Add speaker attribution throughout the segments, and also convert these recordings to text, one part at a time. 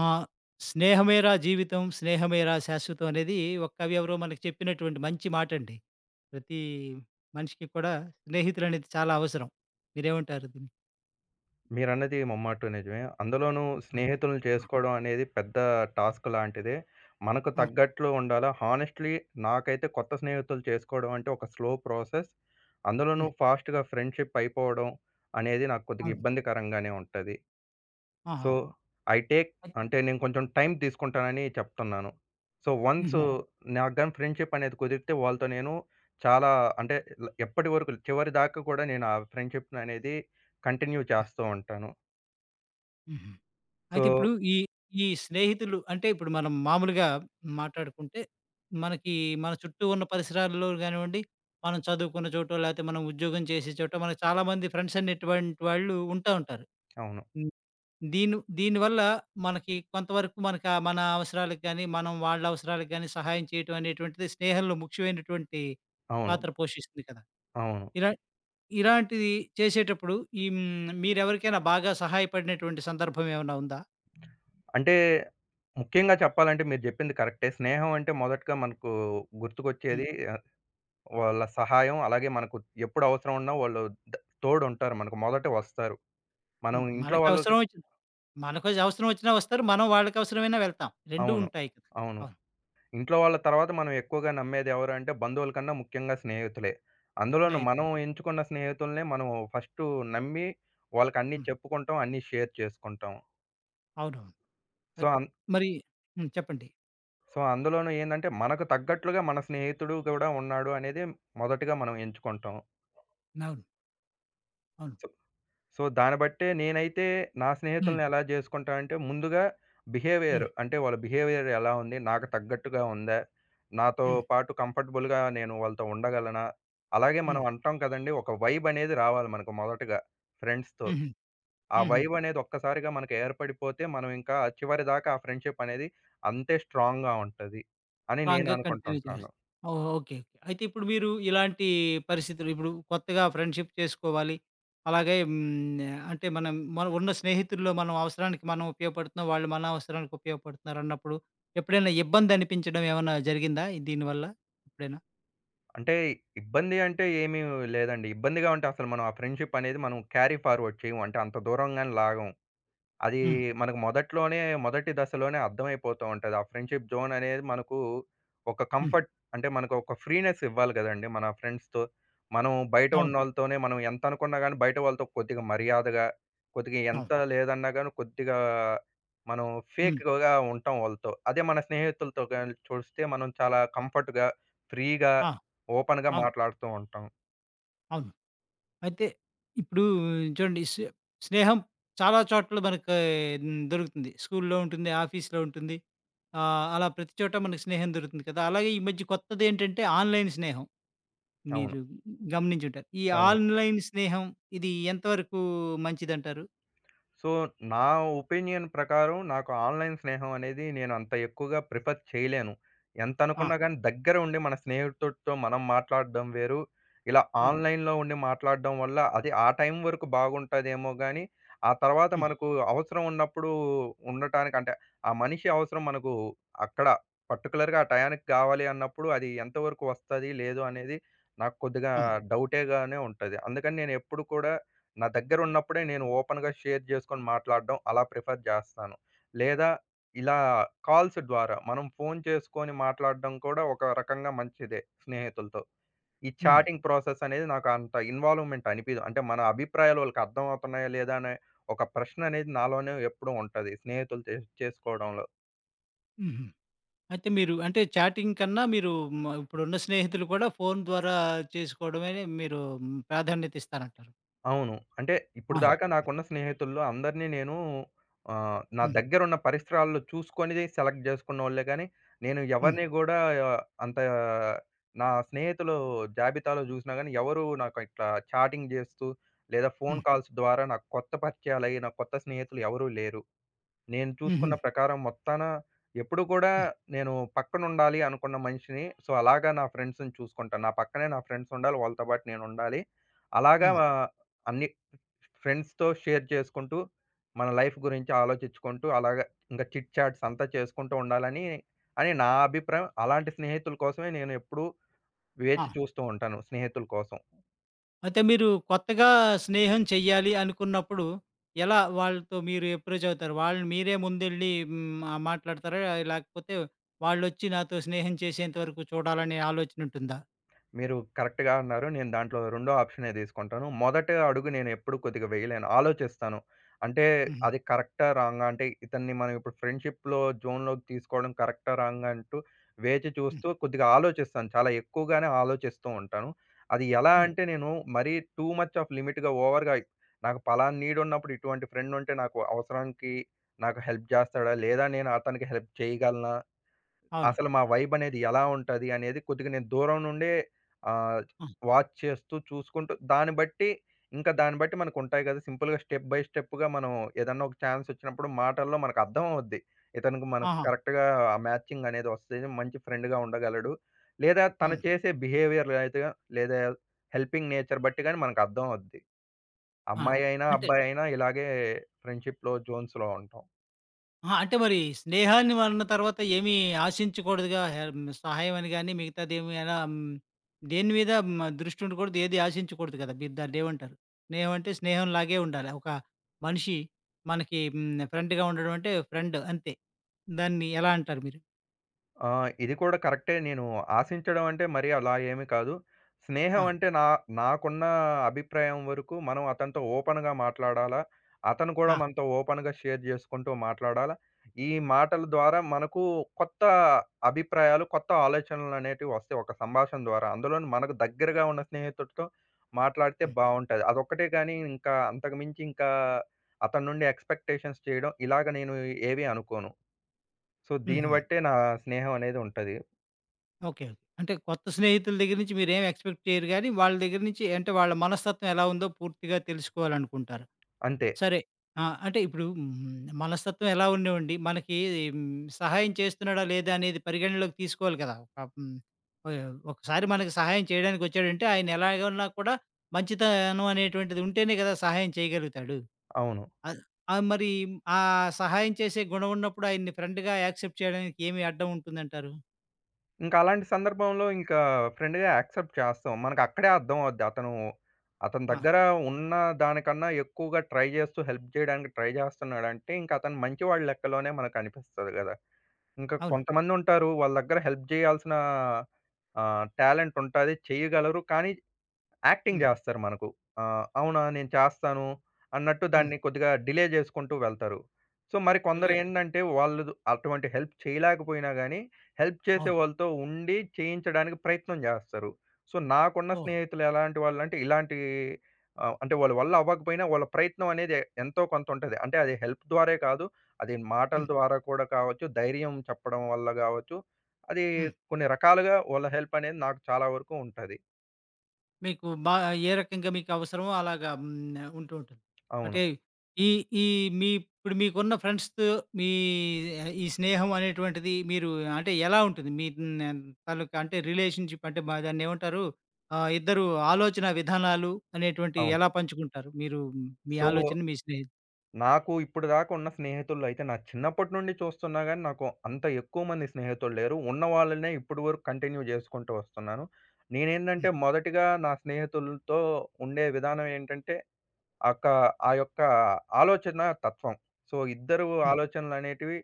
Speaker 1: ఆ! 'స్నేహమేరా జీవితం స్నేహమేరా శాశ్వతం' అనేది ఒక కవి ఎవరో మనకు చెప్పినటువంటి మంచి మాటండి. ప్రతి మనిషికి కూడా స్నేహితులనేది చాలా అవసరం. మీరేమంటారు దీన్ని?
Speaker 2: మీరన్నది ముమ్మాటూ నిజమే. అందులోనూ
Speaker 1: ఆ!
Speaker 2: స్నేహితులను
Speaker 1: ఆ!
Speaker 2: చేసుకోవడం అనేది పెద్ద టాస్క్ లాంటిదే. మనకు
Speaker 1: ఆ!
Speaker 2: తగ్గట్లు ఉండాలా. హానెస్ట్‌లీ నాకైతే కొత్త స్నేహితులు చేసుకోవడం అంటే ఒక స్లో ప్రాసెస్.
Speaker 1: హ్మ్.
Speaker 2: అందులోనూ ఫాస్ట్‌గా ఫ్రెండ్‌షిప్ అయిపోవడం అనేది నాకు కొద్దిగా
Speaker 1: అవును.
Speaker 2: ఇబ్బందికరంగానే ఉంటది.
Speaker 1: ఆహా!
Speaker 2: సో, ఐ టేక్
Speaker 1: అయి
Speaker 2: అంటే నేను కొంచెం టైం తీసుకుంటానని చెప్తున్నాను. సో,
Speaker 1: హుహు.
Speaker 2: అవును. నాకు గాని ఫ్రెండ్‌షిప్ అనేది కుదిరితే వాళ్ళతో నేను చాలా అంటే ఎప్పటివరకు చివరిదాకా కూడా నేను ఆ ఫ్రెండ్‌షిప్ అనేది కంటిన్యూ చేస్తూ ఉంటాను.
Speaker 1: హుహు.
Speaker 2: సో
Speaker 1: అయితే ఇప్పుడు ఈ ఈ స్నేహితులు అంటే ఇప్పుడు మనం మామూలుగా మాట్లాడుకుంటే మనకి మన చుట్టూ ఉన్న పరిసరాల్లో గానివ్వండి, మనం చదువుకున్న చోటో లేతే మనం ఉద్యోగం చేసే చోటో మనకు చాలామంది ఫ్రెండ్స్ అనేటువంటి వాళ్ళు ఉంటారు.
Speaker 2: అవును.
Speaker 1: దీనివల్ల మనకి కొంతవరకు మనకు ఆ మన అవసరాలకు గానీ, మనం వాళ్ళ అవసరాలకు గానీ సహాయం చేయటం అనేటువంటిది స్నేహంలో ముఖ్యమైనటువంటి
Speaker 2: అవును.
Speaker 1: పాత్ర పోషిస్తుంది కదా!
Speaker 2: అవును.
Speaker 1: ఇలా ఇలాంటిది చేసేటప్పుడు ఈ మీరెవరికైనా బాగా సహాయపడినటువంటి సందర్భం ఏమైనా ఉందా?
Speaker 2: అంటే ముఖ్యంగా చెప్పాలంటే మీరు జెప్పింది కరెక్టే. స్నేహం అంటే మొదటగా మనకు
Speaker 1: హ్మ్.
Speaker 2: గుర్తుకొచ్చేది ఆహ్, వాళ్ళ సహాయం అలాగే మనకు ఎప్పుడు అవసరం ఉన్నా వాళ్ళు ద తోడుంటారు. మనకు మొదట వస్తారు. మనం
Speaker 1: హ్మ్.
Speaker 2: ఇంట్లో
Speaker 1: మనకి
Speaker 2: వాళ్ళకి
Speaker 1: అవసరం వచ్చింది. మనకు అవసరం వచ్చినా వస్తారు. మనం వాళ్ళకి అవసరమైనా వెళ్తాం. 2
Speaker 2: అవును.
Speaker 1: ఉంటాయి కదా!
Speaker 2: అవును.
Speaker 1: అవును.
Speaker 2: ఇంట్లో వాళ్ళ తర్వాత మనం ఎక్కువగా నమ్మేది ఎవరు అంటే బంధువుల కన్నా ముఖ్యంగా స్నేహితులే. అందులోనూ
Speaker 1: స్నేహితులు.
Speaker 2: మనం ఎంచుకున్న స్నేహితులనే మనం ఫస్టు నమ్మి వాళ్ళకన్నీ
Speaker 1: హ్మ్.
Speaker 2: చెప్పుకుంటాం. అన్నీ షేర్ చేసుకుంటాం.
Speaker 1: అవునవును.
Speaker 2: సో
Speaker 1: అద్ మరి హ్మ్. చెప్పండి.
Speaker 2: సో, అందులోనూ ఏందంటే, మనకు తగ్గట్లుగా మన స్నేహితుడు గూడా ఉన్నాడు అనేది మొదటగా మనం ఎంచుకుంటాం.
Speaker 1: అవును. అవును.
Speaker 2: సో సో, దాన్ని బట్టే నేనైతే నా
Speaker 1: హ్మ్.
Speaker 2: స్నేహితుల్ని ఎలా జేసుకుంటానంటే, ముందుగా బిహేవియర్
Speaker 1: హ్మ్.
Speaker 2: అంటే, వాళ్ళ బిహేవియర్ ఎలా ఉంది? నాకు తగ్గట్టుగా ఉందా? నాతో
Speaker 1: హ్మ్.
Speaker 2: పాటు కంఫర్టబుల్‌గా నేను వాళ్ళతో ఉండగలనా? అలాగే మనం
Speaker 1: హ్మ్.
Speaker 2: అంటాం కదండీ! ఒక వైబ్ అనేది రావాలి మనకు మొదటగా ఫ్రెండ్స్‌తో.
Speaker 1: హుహు.
Speaker 2: ఆ
Speaker 1: హుహు.
Speaker 2: వైబ్ అనేది ఒక్కసారిగా మనకు ఏర్పడిపోతే, మనం ఇంకా చివరిదాకా ఆ ఫ్రెండ్‌షిప్ అనేది అంతే స్ట్రాంగ్‌గా ఉంటది అని నేను
Speaker 1: స్ట్రాంగ్‌గా కంటిన్యూ చేయాలి.
Speaker 2: అనుకుంటుంటాను.
Speaker 1: ఓహ్! ఓకే. ఓకే. అయితే ఇప్పుడు మీరు ఇలాంటి పరిస్థితులు ఇప్పుడు కొత్తగా ఫ్రెండ్‌షిప్ చేసుకోవాలి. అలాగే హ్మ్. అంటే మనం మన ఉన్న స్నేహితుల్లో మనం అవసరానికి మనం ఉపయోగపడుతున్నాం. వాళ్ళు మన అవసరానికి ఉపయోగపడుతున్నారు అన్నప్పుడు ఎప్పుడైనా ఇబ్బంది అనిపించడం ఏమన్నా జరిగిందా ఈ దీనివల్ల ఎప్పుడైనా?
Speaker 2: అంటే ఇబ్బంది అంటే ఏమీ లేదండి. ఇబ్బందిగా ఉంటే అసలు మనం ఆ ఫ్రెండ్‌షిప్ అనేది మనం క్యారీ ఫార్వర్డ్ చేయము. అంటే అంత దూరంగాని లాగం. అది
Speaker 1: హ్మ్.
Speaker 2: మనకు మొదట్లోనే మొదటి దశలోనే అర్థమైపోతూ ఉంటది. ఆ ఫ్రెండ్‌షిప్ జోన్ అనేది మనకు ఒక
Speaker 1: హ్మ్.
Speaker 2: కంఫర్ట్ అంటే మనకు ఒక ఫ్రీనెస్ ఇవ్వాలి గదండీ! మన ఫ్రెండ్స్‌తో. మనం బయట
Speaker 1: అవును.
Speaker 2: ఉన్నోళ్ళతోనే మనం ఎంత అనుకున్నా గాని బయట వాళ్ళతో కొద్దిగా మర్యాదగా, కొద్దిగా
Speaker 1: అవును.
Speaker 2: ఎంత లేదన్నా గాని కొద్దిగా మనం
Speaker 1: హ్మ్.
Speaker 2: ఫేక్‌గా ఉంటాం వాళ్ళతో. అదే మన స్నేహితులతో గాని చూస్తే మనం చాలా కంఫర్ట్‌గా, ఫ్రీగా,
Speaker 1: ఆ!
Speaker 2: ఓపెన్‌గా
Speaker 1: అవును.
Speaker 2: మాట్లాడుతూ ఉంటాం.
Speaker 1: అవును. అయితే ఇప్పుడు చూడండి స్నేహం చాలా చోట్ల మనకి దొరుకుతుంది. స్కూల్‌లో ఉంటుంది, ఆఫీస్‌లో ఉంటుంది. అలా ప్రతి చోట మనకు స్నేహం దొరుకుతుంది కదా! అలాగే ఈ మధ్య కొత్తదేంటంటే ఆన్‌లైన్ స్నేహం.
Speaker 2: అవును.
Speaker 1: మీరు గమనించుంటారు. ఈ
Speaker 2: అవును.
Speaker 1: ఆన్‌లైన్ స్నేహం ఇది ఎంతవరకు మంచిదంటారు?
Speaker 2: సో, నా ఒపీనియన్ ప్రకారం నాకు ఆన్‌లైన్ స్నేహం అనేది నేను అంత ఎక్కువగా ప్రిఫర్ చేయలేను. ఎంత
Speaker 1: ఆ!
Speaker 2: అనుకున్నా గాని దగ్గర ఉండి మన స్నేహితుడితో మనం మాట్లాడడం వేరు. ఇలా
Speaker 1: హ్మ్.
Speaker 2: ఆన్‌లైన్‌లో ఉండి మాట్లాడడం వల్ల అది ఆ టైం వరకు బాగుంటదేమో గాని, ఆ తర్వాత
Speaker 1: హ్మ్.
Speaker 2: మనకు అవసరం ఉన్నప్పుడు ఉండటానికి అంటే ఆ మనిషి అవసరం మనకు అక్కడ పర్టిక్యులర్‌గా ఆ టయానికి కావాలి అన్నప్పుడు అది ఎంతవరకు వస్తది? లేదు? అనేది నాకు కొద్దిగా
Speaker 1: అవును.
Speaker 2: డౌటేగానే ఉంటది. అందుకని నేను ఎప్పుడు కూడా నా దగ్గరున్నప్పుడే నేను ఓపెన్‌గా షేర్ చేసుకొని మాట్లాడడం అలా ప్రిఫర్ చేస్తాను. లేదా ఇలా కాల్స్ ద్వారా మనం ఫోన్ చేసుకొని మాట్లాడడం కూడా ఒక రకంగా మంచిదే స్నేహితులతో. ఈ
Speaker 1: హ్మ్.
Speaker 2: చాటింగ్ ప్రాసెస్ అనేది నాకు అంత ఇన్వాల్వ్‌మెంట్ అనిపియదు. అంటే మన అభిప్రాయాలు వాళ్ళకి అర్థం అవుతున్నాయా లేదా అనే ఒక ప్రశ్న అనేది నాలోనే ఎప్పుడూ ఉంటది స్నేహితులు చేసుకోవడంలో.
Speaker 1: హుహు. అయితే మీరు అంటే చాటింగ్ కన్నా మీరు ఇప్పుడున్న స్నేహితులు కూడా ఫోను ద్వారా చేసుకోవడమే మీరు ప్రాధాన్యత ఇస్తారంటారు.
Speaker 2: అవును. అంటే
Speaker 1: ఆహా!
Speaker 2: ఇప్పటిదాకా నాకున్న స్నేహితుల్లో అందరిని నేను నా
Speaker 1: హ్మ్.
Speaker 2: దగ్గరున్న పరిసరాల్లో చూసుకొని సెలెక్ట్ జేసుకున్నోళ్ళే గానీ, నేను
Speaker 1: హ్మ్.
Speaker 2: ఎవరిని గూడా అంత నా స్నేహితులు జాబితాలో జూసినా గానీ, ఎవరు నాకు ఇట్లా చాటింగ్ జేస్తూ, లేదా ఫోను
Speaker 1: హ్మ్.
Speaker 2: కాల్స్ ద్వారా నాకు కొత్త పరిచయాలయ్యి, నాకు కొత్త స్నేహితులు ఎవరూ లేరు. నేను
Speaker 1: హుహు.
Speaker 2: చూసుకున్న ప్రకారం మొత్తాన ఎప్పుడు గూడా నేను పక్కనుండాలి అనుకున్న మనిషిని సో, అలాగా నా ఫ్రెండ్స్‌ని చూసుకుంటాను. నా పక్కనే నా ఫ్రెండ్సుండాలి. వాళ్ళతో పాటు నేనుండాలి. అలాగా
Speaker 1: అవును.
Speaker 2: అన్ని ఫ్రెండ్స్‌తో షేర్ చేసుకుంటూ, మన లైఫ్ గురించి ఆలోచిచ్చుకుంటూ, అలాగ ఇంకా చిట్ చాట్స్ అంతా చేసుకుంటూ ఉండాలని, అని నా అభిప్రాయం. అలాంటి స్నేహితుల కోసమే నేను ఎప్పుడూ
Speaker 1: ఆ!
Speaker 2: వేచి చూస్తూ ఉంటాను స్నేహితుల కోసం.
Speaker 1: అయితే మీరు కొత్తగా స్నేహం చెయ్యాలి అనుకున్నప్పుడు, ఎలా వాళ్ళతో మీరు అప్రోచ్ అవుతారు? వాళ్ళని మీరే ముందెళ్ళి మాట్లాడతారా? లేకపోతే వాళ్ళొచ్చి నాతో స్నేహం చేసేంత వరకు చూడాలనే ఆలోచనుంటుందా?
Speaker 2: మీరు కరెక్ట్‌గా అన్నారు. నేను దాంట్లో రెండో ఆప్షనే తీసుకుంటాను. మొదటి అడుగు నేనెప్పుడు కొద్దిగా వేయలేను. ఆలోచిస్తాను. అంటే
Speaker 1: హుహు.
Speaker 2: అది కరెక్టా? రాంగా? అంటే ఇతన్ని మనం ఇప్పుడు ఫ్రెండ్‌షిప్‌లో జోన్‌లోకి తీసుకోవడం కరెక్టా? రాంగా? అంటూ వేచి
Speaker 1: హ్మ్.
Speaker 2: చూస్తూ కొద్దిగా ఆలోచిస్తాను. చాలా ఎక్కువగానే ఆలోచిస్తూ ఉంటాను. అది ఎలా
Speaker 1: హ్మ్.
Speaker 2: అంటే నేను మరీ టూ మచ్ ఆఫ్ లిమిట్‌గా ఓవర్‌గా నాకు పలానా నీడున్నప్పుడు ఇటువంటి ఫ్రెండ్ ఉంటే నాకు అవసరానికి నాకు హెల్ప్ చేస్తాడా? లేదా నేను అతనికి హెల్ప్ చేయగలనా?
Speaker 1: అవును.
Speaker 2: అసలు మా వైబనేది ఎలా ఉంటది అనేది కొద్దిగా నేను దూరం నుండే ఆహ్,
Speaker 1: ఆ!
Speaker 2: వాచ్ చేస్తూ, చూసుకుంటూ దాన్ని బట్టి ఇంకా దాన్ని బట్టి మనకుంటాయి గదా! సింపుల్‌గా స్టెప్ బై స్టెప్‌గా మనం ఏదన్నా ఒక ఛాన్సొచ్చినప్పుడు మాటల్లో మనకు అర్థమవుద్ది. ఇతనికి మనకు
Speaker 1: ఆహా!
Speaker 2: కరెక్ట్‌గా ఆ మ్యాచింగ్ అనేది వస్తది. మంచి ఫ్రెండ్‌గా ఉండగలడు. లేదా తను
Speaker 1: అవును.
Speaker 2: చేసే బిహేవియర్ అయితే లేదా హెల్పింగ్ నేచర్ బట్టి గాని మనకు అర్థమవుద్ది.
Speaker 1: ఆ!
Speaker 2: అమ్మాయి అయినా,
Speaker 1: అంటే
Speaker 2: అబ్బాయి అయినా ఇలాగే ఫ్రెండ్‌షిప్‌లో జోన్స్‌లో ఉంటాం.
Speaker 1: అహా! అంటే మరి స్నేహాన్ని అన్న తర్వాత ఏమీ ఆశించకూడదుగా సహాయం అని గాని, మిగతాదేమి ఎలా దేని మీద దృష్టి ఉండకూడదు. ఏది ఆశించకూడదు కదా! మీరు దాన్నేమంటారు? స్నేహం అంటే స్నేహంలాగే ఉండాలి. ఒక మనిషి మనకి ఫ్రెండ్‌గా ఉండడం అంటే ఫ్రెండ్ అంతే. దాన్ని ఎలా అంటారు మీరు?
Speaker 2: ఆ! ఇది కూడా కరెక్టే. నేను ఆశించడం అంటే మరీ అలా ఏమి కాదు.
Speaker 1: ఆ!
Speaker 2: స్నేహం అంటే నాకున్న అభిప్రాయం వరకు మనం అతనితో ఓపెన్‌గా మాట్లాడాలా. అతను కూడా
Speaker 1: ఆ!
Speaker 2: మనతో ఓపెన్‌గా షేర్ చేసుకుంటూ మాట్లాడాలా. ఈ మాటల ద్వారా మనకు కొత్త అభిప్రాయాలు, కొత్త ఆలోచనలనేటివి వస్తాయి ఒక సంభాషణ ద్వారా. అందులోను మనకు దగ్గరగా ఉన్న స్నేహితుడితో మాట్లాడితే
Speaker 1: హ్మ్.
Speaker 2: బావుంటది. అదొక్కటే గానీ ఇంకా అంతకు మించి ఇంకా అతని నుండి ఎక్స్‌పెక్టేషన్స్ చేయడం ఇలాగ నేను ఏవి అనుకోను. సో, దీన్ని
Speaker 1: హుహు.
Speaker 2: బట్టే నా స్నేహం అనేది ఉంటది.
Speaker 1: ఓకే. ఓకే. అంటే కొత్త స్నేహితుల దగ్గర నుంచి మీరేం ఎక్స్‌పెక్ట్ చేయరు గానీ, వాళ్ళ దగ్గర నుంచి అంటే వాళ్ళ మనస్తత్వం ఎలా ఉందో పూర్తిగా తెలుసుకోవాలనుకుంటారు.
Speaker 2: అంతే.
Speaker 1: సరే. ఆ! అంటే ఇప్పుడు హ్మ్. మనస్తత్వం ఎలా ఉండేవండి. మనకి హ్మ్. సహాయం చేస్తున్నాడా లేదా అనేది పరిగణనలోకి తీసుకోవాలి కదా! ఒక హ్మ్. ఒయ్ ఒకసారి మనకి సహాయం చేయడానికొచ్చాడంటే ఆయన ఎలాగున్నా కూడా మంచితనం అనేటువంటిది ఉంటేనే కదా! సహాయం చేయగలుగుతాడు.
Speaker 2: అవును.
Speaker 1: అద్ మరి ఆ సహాయం చేసే గుణం ఉన్నప్పుడు ఆయన్ని ఫ్రెండ్‌గా యాక్సెప్ట్ చేయడానికి ఏమి అడ్డం ఉంటుందంటారు?
Speaker 2: ఇంకా అలాంటి సందర్భంలో ఇంకా ఫ్రెండ్‌గా యాక్సెప్ట్ చేస్తాం. మనకు అక్కడే అర్థం అవుద్ది. అతని
Speaker 1: ఆ!
Speaker 2: దగ్గర ఉన్న దానికన్నా ఎక్కువగా ట్రై చేస్తూ హెల్ప్ చేయడానికి ట్రై చేస్తున్నాడంటే, ఇంక అతను మంచివాడి లెక్కలోనే మనకు అనిపిస్తది గదా! ఇంకా
Speaker 1: అవును.
Speaker 2: కొంతమందుంటారు. వాళ్ళ దగ్గర హెల్ప్ చేయాల్సిన టాలెంట్ ఉంటాది. చేయగలరు. కానీ యాక్టింగ్
Speaker 1: హ్మ్.
Speaker 2: జేస్తారు మనకు. అవునా! నేను చేస్తాను అన్నట్టు
Speaker 1: హ్మ్.
Speaker 2: దాన్ని కొద్దిగా డిలే జేసుకుంటూ వెళ్తారు. సో, మరి
Speaker 1: రిలేషన్
Speaker 2: కొందరేందంటే వాళ్ళదు అటువంటి హెల్ప్ చేయలేకపోయినా గానీ, హెల్ప్ చేసే
Speaker 1: అవును.
Speaker 2: వాళ్ళతో ఉండి చేయించడానికి ప్రయత్నం జేస్తారు. సో, నాకున్న
Speaker 1: ఓహ్!
Speaker 2: స్నేహితులు ఎలాంటి వాళ్ళంటే ఇలాంటి అంటే వాళ్ళ వల్ల అవ్వకపోయినా వాళ్ళ ప్రయత్నం అనేది ఎంతో కొంత ఉంటది. అంటే అది హెల్ప్ ద్వారే కాదు. అది మాటల
Speaker 1: హ్మ్.
Speaker 2: ద్వారా కూడా కావచ్చు, ధైర్యం చెప్పడం వల్ల గావచ్చు. అది
Speaker 1: హ్మ్.
Speaker 2: కొన్ని రకాలుగా వాళ్ళ హెల్ప్ అనేది నాకు చాలా వరకు ఉంటది.
Speaker 1: మీకు ఏ రకంగా మీకవసరమో అలాగా ఉంటూ ఉంటుంది.
Speaker 2: అవును.
Speaker 1: అంటే ఈ ఈ మీ ఇప్పుడు మీకున్న ఫ్రెండ్స్‌తో మీ ఈ స్నేహం అనేటువంటిది మీరు అంటే ఎలా ఉంటుంది? మీ తాలూకా అంటే రిలేషన్‌షిప్ అంటే దాన్నేమంటారు? ఇద్దరు ఆలోచన విధానాలు అనేటువంటివి
Speaker 2: అవును.
Speaker 1: ఎలా పంచుకుంటారు? మీరు మీ
Speaker 2: సో,
Speaker 1: ఆలోచనని మీ స్నేహితులు
Speaker 2: నాకు ఇప్పుడు దాకా ఉన్న స్నేహితుల్లో అయితే నా చిన్నప్పటి నుండి చూస్తున్నా గానీ, నాకు అంత ఎక్కువ మంది స్నేహితులు లేరు. ఉన్న వాళ్ళనే ఇప్పటి వరకు కంటిన్యూ చేసుకుంటూ వస్తున్నాను. నేనేందంటే
Speaker 1: హ్మ్.
Speaker 2: మొదటిగా నా స్నేహితులతో ఉండే విధానం ఏంటంటే అక్క ఆ యొక్క ఆలోచన తత్వం. సో, ఇద్దరు
Speaker 1: హ్మ్.
Speaker 2: ఆలోచనలనేటివి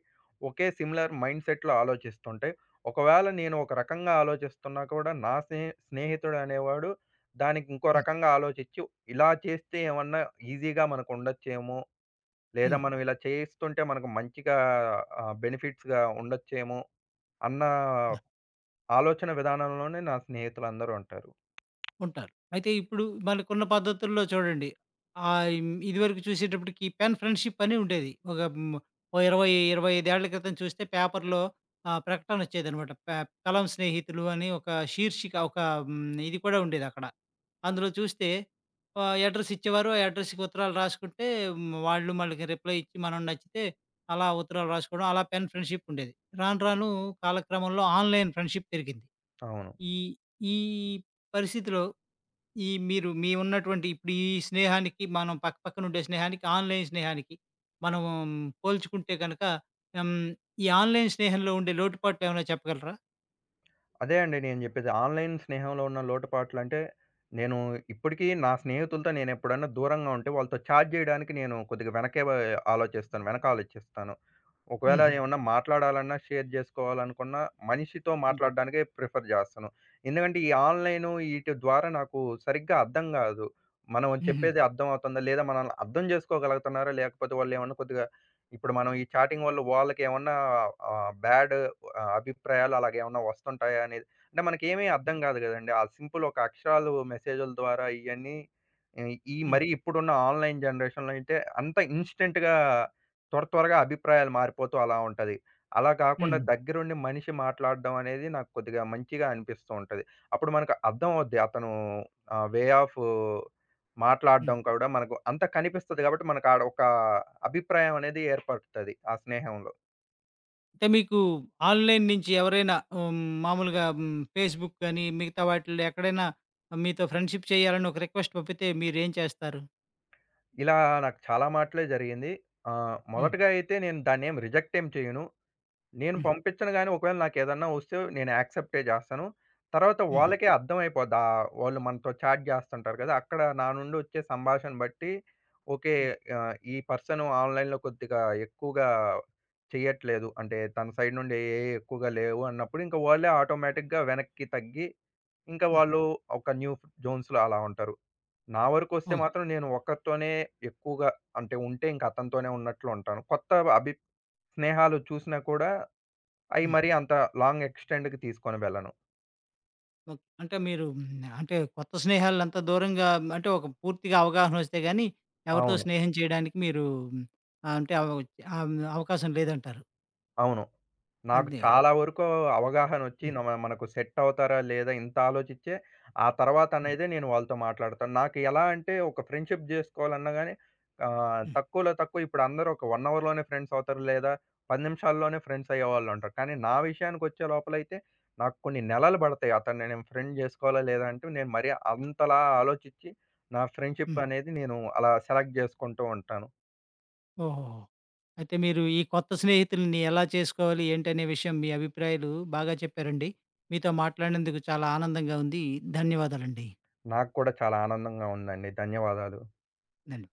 Speaker 2: ఒకే సిమిలర్ మైండ్‌సెట్‌లో ఆలోచిస్తుంటే, ఒకవేళ నేను ఒక రకంగా ఆలోచిస్తున్నా కూడా నా స్నేహితుడనేవాడు దానికి ఇంకో
Speaker 1: హ్మ్.
Speaker 2: రకంగా ఆలోచిచ్చి, ఇలా చేస్తే ఏమన్నా ఈజీగా మనకుండొచ్చేమో, లేదా
Speaker 1: హ్మ్.
Speaker 2: మనం ఇలా చేస్తుంటే మనకు మంచిగా బెనిఫిట్స్‌గా ఉండొచ్చేమో అన్న ఆలోచన విధానంలోనే నా స్నేహితులందరూ ఉంటారు.
Speaker 1: ఉంటారు. అయితే ఇప్పుడు మనకున్న పద్ధతుల్లో చూడండి. ఇదివరకు చూసేటప్పటికి పెన్ ఫ్రెండ్‌షిప్ అని ఉండేది. ఒక ఓ 20, 25 ఏళ్ల క్రితం చూస్తే పేపర్‌లో ప్రకటన వచ్చేదనమాట. కలం స్నేహితులు అని ఒక శీర్షిక ఒక హ్మ్, ఇది కూడా ఉండేదక్కడ. అందులో చూస్తే అడ్రెస్ ఇచ్చేవారు. ఆ అడ్రెస్‌కి ఉత్తరాలు రాసుకుంటే వాళ్ళు మనకి రిప్లై ఇచ్చి మనం నచ్చితే అలా ఉత్తరాలు రాసుకోవడం. అలా పెన్ ఫ్రెండ్‌షిప్ ఉండేది. రాను రాను కాలక్రమంలో ఆన్‌లైన్ ఫ్రెండ్‌షిప్ పెరిగింది.
Speaker 2: అవును.
Speaker 1: ఈ ఈ పరిస్థితిలో ఈ మీరు మీ ఉన్నటువంటి ఇప్పుడు ఈ స్నేహానికి మనం పక్కపక్కన ఉండే స్నేహానికి, ఆన్‌లైన్ స్నేహానికి మనం పోల్చుకుంటే గనక హ్మ్. ఈ ఆన్‌లైన్ స్నేహంలో ఉండే లోటుపాట్లు ఏమైనా చెప్పగలరా?
Speaker 2: అదే అండి నేను చెప్పేది. ఆన్‌లైన్ స్నేహంలో ఉన్న లోటుపాట్లంటే, నేను ఇప్పటికీ నా స్నేహితులతో నేనెప్పుడన్నా దూరంగా ఉంటే వాళ్ళతో చాట్ జేయడానికి నేను కొద్దిగా వెనకే ఆలోచిస్తాను. వెనకాలొచ్చేస్తాను. ఒకవేళ
Speaker 1: హుహు.
Speaker 2: ఏమన్నా మాట్లాడాలన్నా, షేర్ జేసుకోవాలనుకున్నా, మనిషితో
Speaker 1: హ్మ్.
Speaker 2: మాట్లాడడానికే ప్రిఫర్ జేస్తాను. ఎందుకంటే, ఈ ఆన్‌లైను ఈటి ద్వారా నాకు సరిగ్గా అర్థం గాదు. మనం
Speaker 1: హుహు.
Speaker 2: చెప్పేది అర్థం అవుతుందా? లేదా మనల్ని అర్థం జేసుకోగలుగుతున్నారా? లేకపోతే వాళ్ళేమన్నా కొద్దిగా ఇప్పుడు మనం ఈ చాటింగ్ వల్ల వాళ్ళకేమన్నా బ్యాడ్ అభిప్రాయాలు అలాగేమన్నా వస్తుంటాయా అనేది అంటే మనకేమీ అర్థం గాదు గదండీ. ఆ సింపుల్ ఒక అక్షరాలు మెసేజుల ద్వారా ఇయన్నీ ఈ ఈ
Speaker 1: హ్మ్.
Speaker 2: మరీ ఇప్పుడున్న ఆన్‌లైన్ జనరేషన్‌లో అయితే అంత ఇన్‌స్టంట్‌గా త్వర త్వరగా అభిప్రాయాలు మారిపోతూ అలా ఉంటది. అలా కాకుండా
Speaker 1: హ్మ్.
Speaker 2: దగ్గరుండి మనిషి మాట్లాడడం అనేది నాకు కొద్దిగా మంచిగా అనిపిస్తూ ఉంటది. అప్పుడు మనకు అర్థమవుద్ది. అతను వే ఆఫ్
Speaker 1: హ్మ్.
Speaker 2: మాట్లాడడం కూడా మనకు అంతా కనిపిస్తది కాబట్టి మనకు ఆడ ఒక అభిప్రాయం అనేది ఏర్పడుతది ఆ స్నేహంలో.
Speaker 1: అంటే మీకు ఆన్‌లైన్ నుంచి ఎవరైనా మామూలుగా ఫేస్‌బుక్ గాని, మిగతా వాటిల్లో ఎక్కడైనా మీతో ఫ్రెండ్‌షిప్ చేయాలని ఒక రిక్వెస్ట్ పంపితే మీరేం చేస్తారు?
Speaker 2: ఇలా నాకు చాలా మాటలే జరిగింది.
Speaker 1: హ్మ్.
Speaker 2: మొదటగా అయితే నేను దాన్నేం రిజెక్ట్ ఏం చేయను. నేను
Speaker 1: హ్మ్.
Speaker 2: పంపించను గానీ, ఒకవేళ నాకేదన్నా వస్తే నేను యాక్సెప్టే జేస్తాను. తర్వాత
Speaker 1: హుహు.
Speaker 2: వాళ్ళకే అర్థమైపోద్ది. వాళ్ళు మనతో చాట్ జేస్తుంటారు గదా! అక్కడ నా నుండి వచ్చే సంభాషణ బట్టి ఓకే.
Speaker 1: హ్మ్.
Speaker 2: ఈ పర్సన్ ఆన్‌లైన్‌లో కొద్దిగా ఎక్కువగా చెయ్యట్లేదు. అంటే తన సైడ్ నుండి ఏవి ఎక్కువగా లేవు అన్నప్పుడు ఇంక వాళ్ళే ఆటోమేటిక్‌గా వెనక్కి తగ్గి ఇంకా
Speaker 1: హ్మ్.
Speaker 2: వాళ్ళు ఒక న్యూ జోన్స్‌లో అలా ఉంటారు. నా వరకొస్తే
Speaker 1: ఓహ్!
Speaker 2: మాత్రం నేను ఒక్కరితోనే ఎక్కువగా అంటే ఉంటే ఇంక అతనితోనే ఉన్నట్లు ఉంటాను. కొత్త అభి స్నేహాలు చూసినా కూడా
Speaker 1: హ్మ్.
Speaker 2: మరీ అంత లాంగ్ ఎక్స్‌టెండ్‌కి తీసుకొని వెళ్ళను.
Speaker 1: ఓకే. అంటే మీరు అంటే కొత్త స్నేహాలంతా దూరంగా అంటే ఒక పూర్తిగా అవగాహన వస్తే గాని, ఎవరితో
Speaker 2: అవును.
Speaker 1: స్నేహం చేయడానికి మీరు అంటే అవకాశం లేదంటారు.
Speaker 2: అవును. నాకు ఓహ్!
Speaker 1: అంతే.
Speaker 2: చాలా వరకు అవగాహనొచ్చి
Speaker 1: హ్మ్.
Speaker 2: న మనకు సెట్ అవుతారా? లేదా? ఇంత ఆలోచిచ్చే ఆ తర్వాత
Speaker 1: హ్మ్.
Speaker 2: అనేది నేను వాళ్ళతో మాట్లాడతాను. నాకు ఎలా అంటే ఒక ఫ్రెండ్‌షిప్ జేసుకోవాలన్నా గాని
Speaker 1: హ్మ్.
Speaker 2: తక్కువలో తక్కువ ఇప్పుడు అందరూ ఒక 1 అవర్‌లోనే ఫ్రెండ్స్ అవుతారు. లేదా 10 నిమిషాల్లోనే ఫ్రెండ్స్ అయ్యేవాళ్ళుంటారు. కానీ నా విషయానికొచ్చే లోపలైతే నాకు కొన్ని నెలలు పడతాయి. అతన్ని నేను ఫ్రెండ్ జేసుకోవాలా? లేదా? అంటే నేను మరీ అంతలా ఆలోచిచ్చి నా ఫ్రెండ్‌షిప్
Speaker 1: హ్మ్.
Speaker 2: అనేది నేను అలా సెలెక్ట్ జేసుకుంటూ ఉంటాను.
Speaker 1: ఓహోహో! అయితే మీరు ఈ కొత్త స్నేహితుల్ని ఎలా చేసుకోవాలి ఏంటనే విషయం మీ అభిప్రాయాలు బాగా చెప్పారండి. మీతో మాట్లాడినందుకు చాలా ఆనందంగా ఉంది. ధన్యవాదాలండి.
Speaker 2: నాకు కూడా చాలా ఆనందంగా ఉందండి. ధన్యవాదాలు.
Speaker 1: ధన్య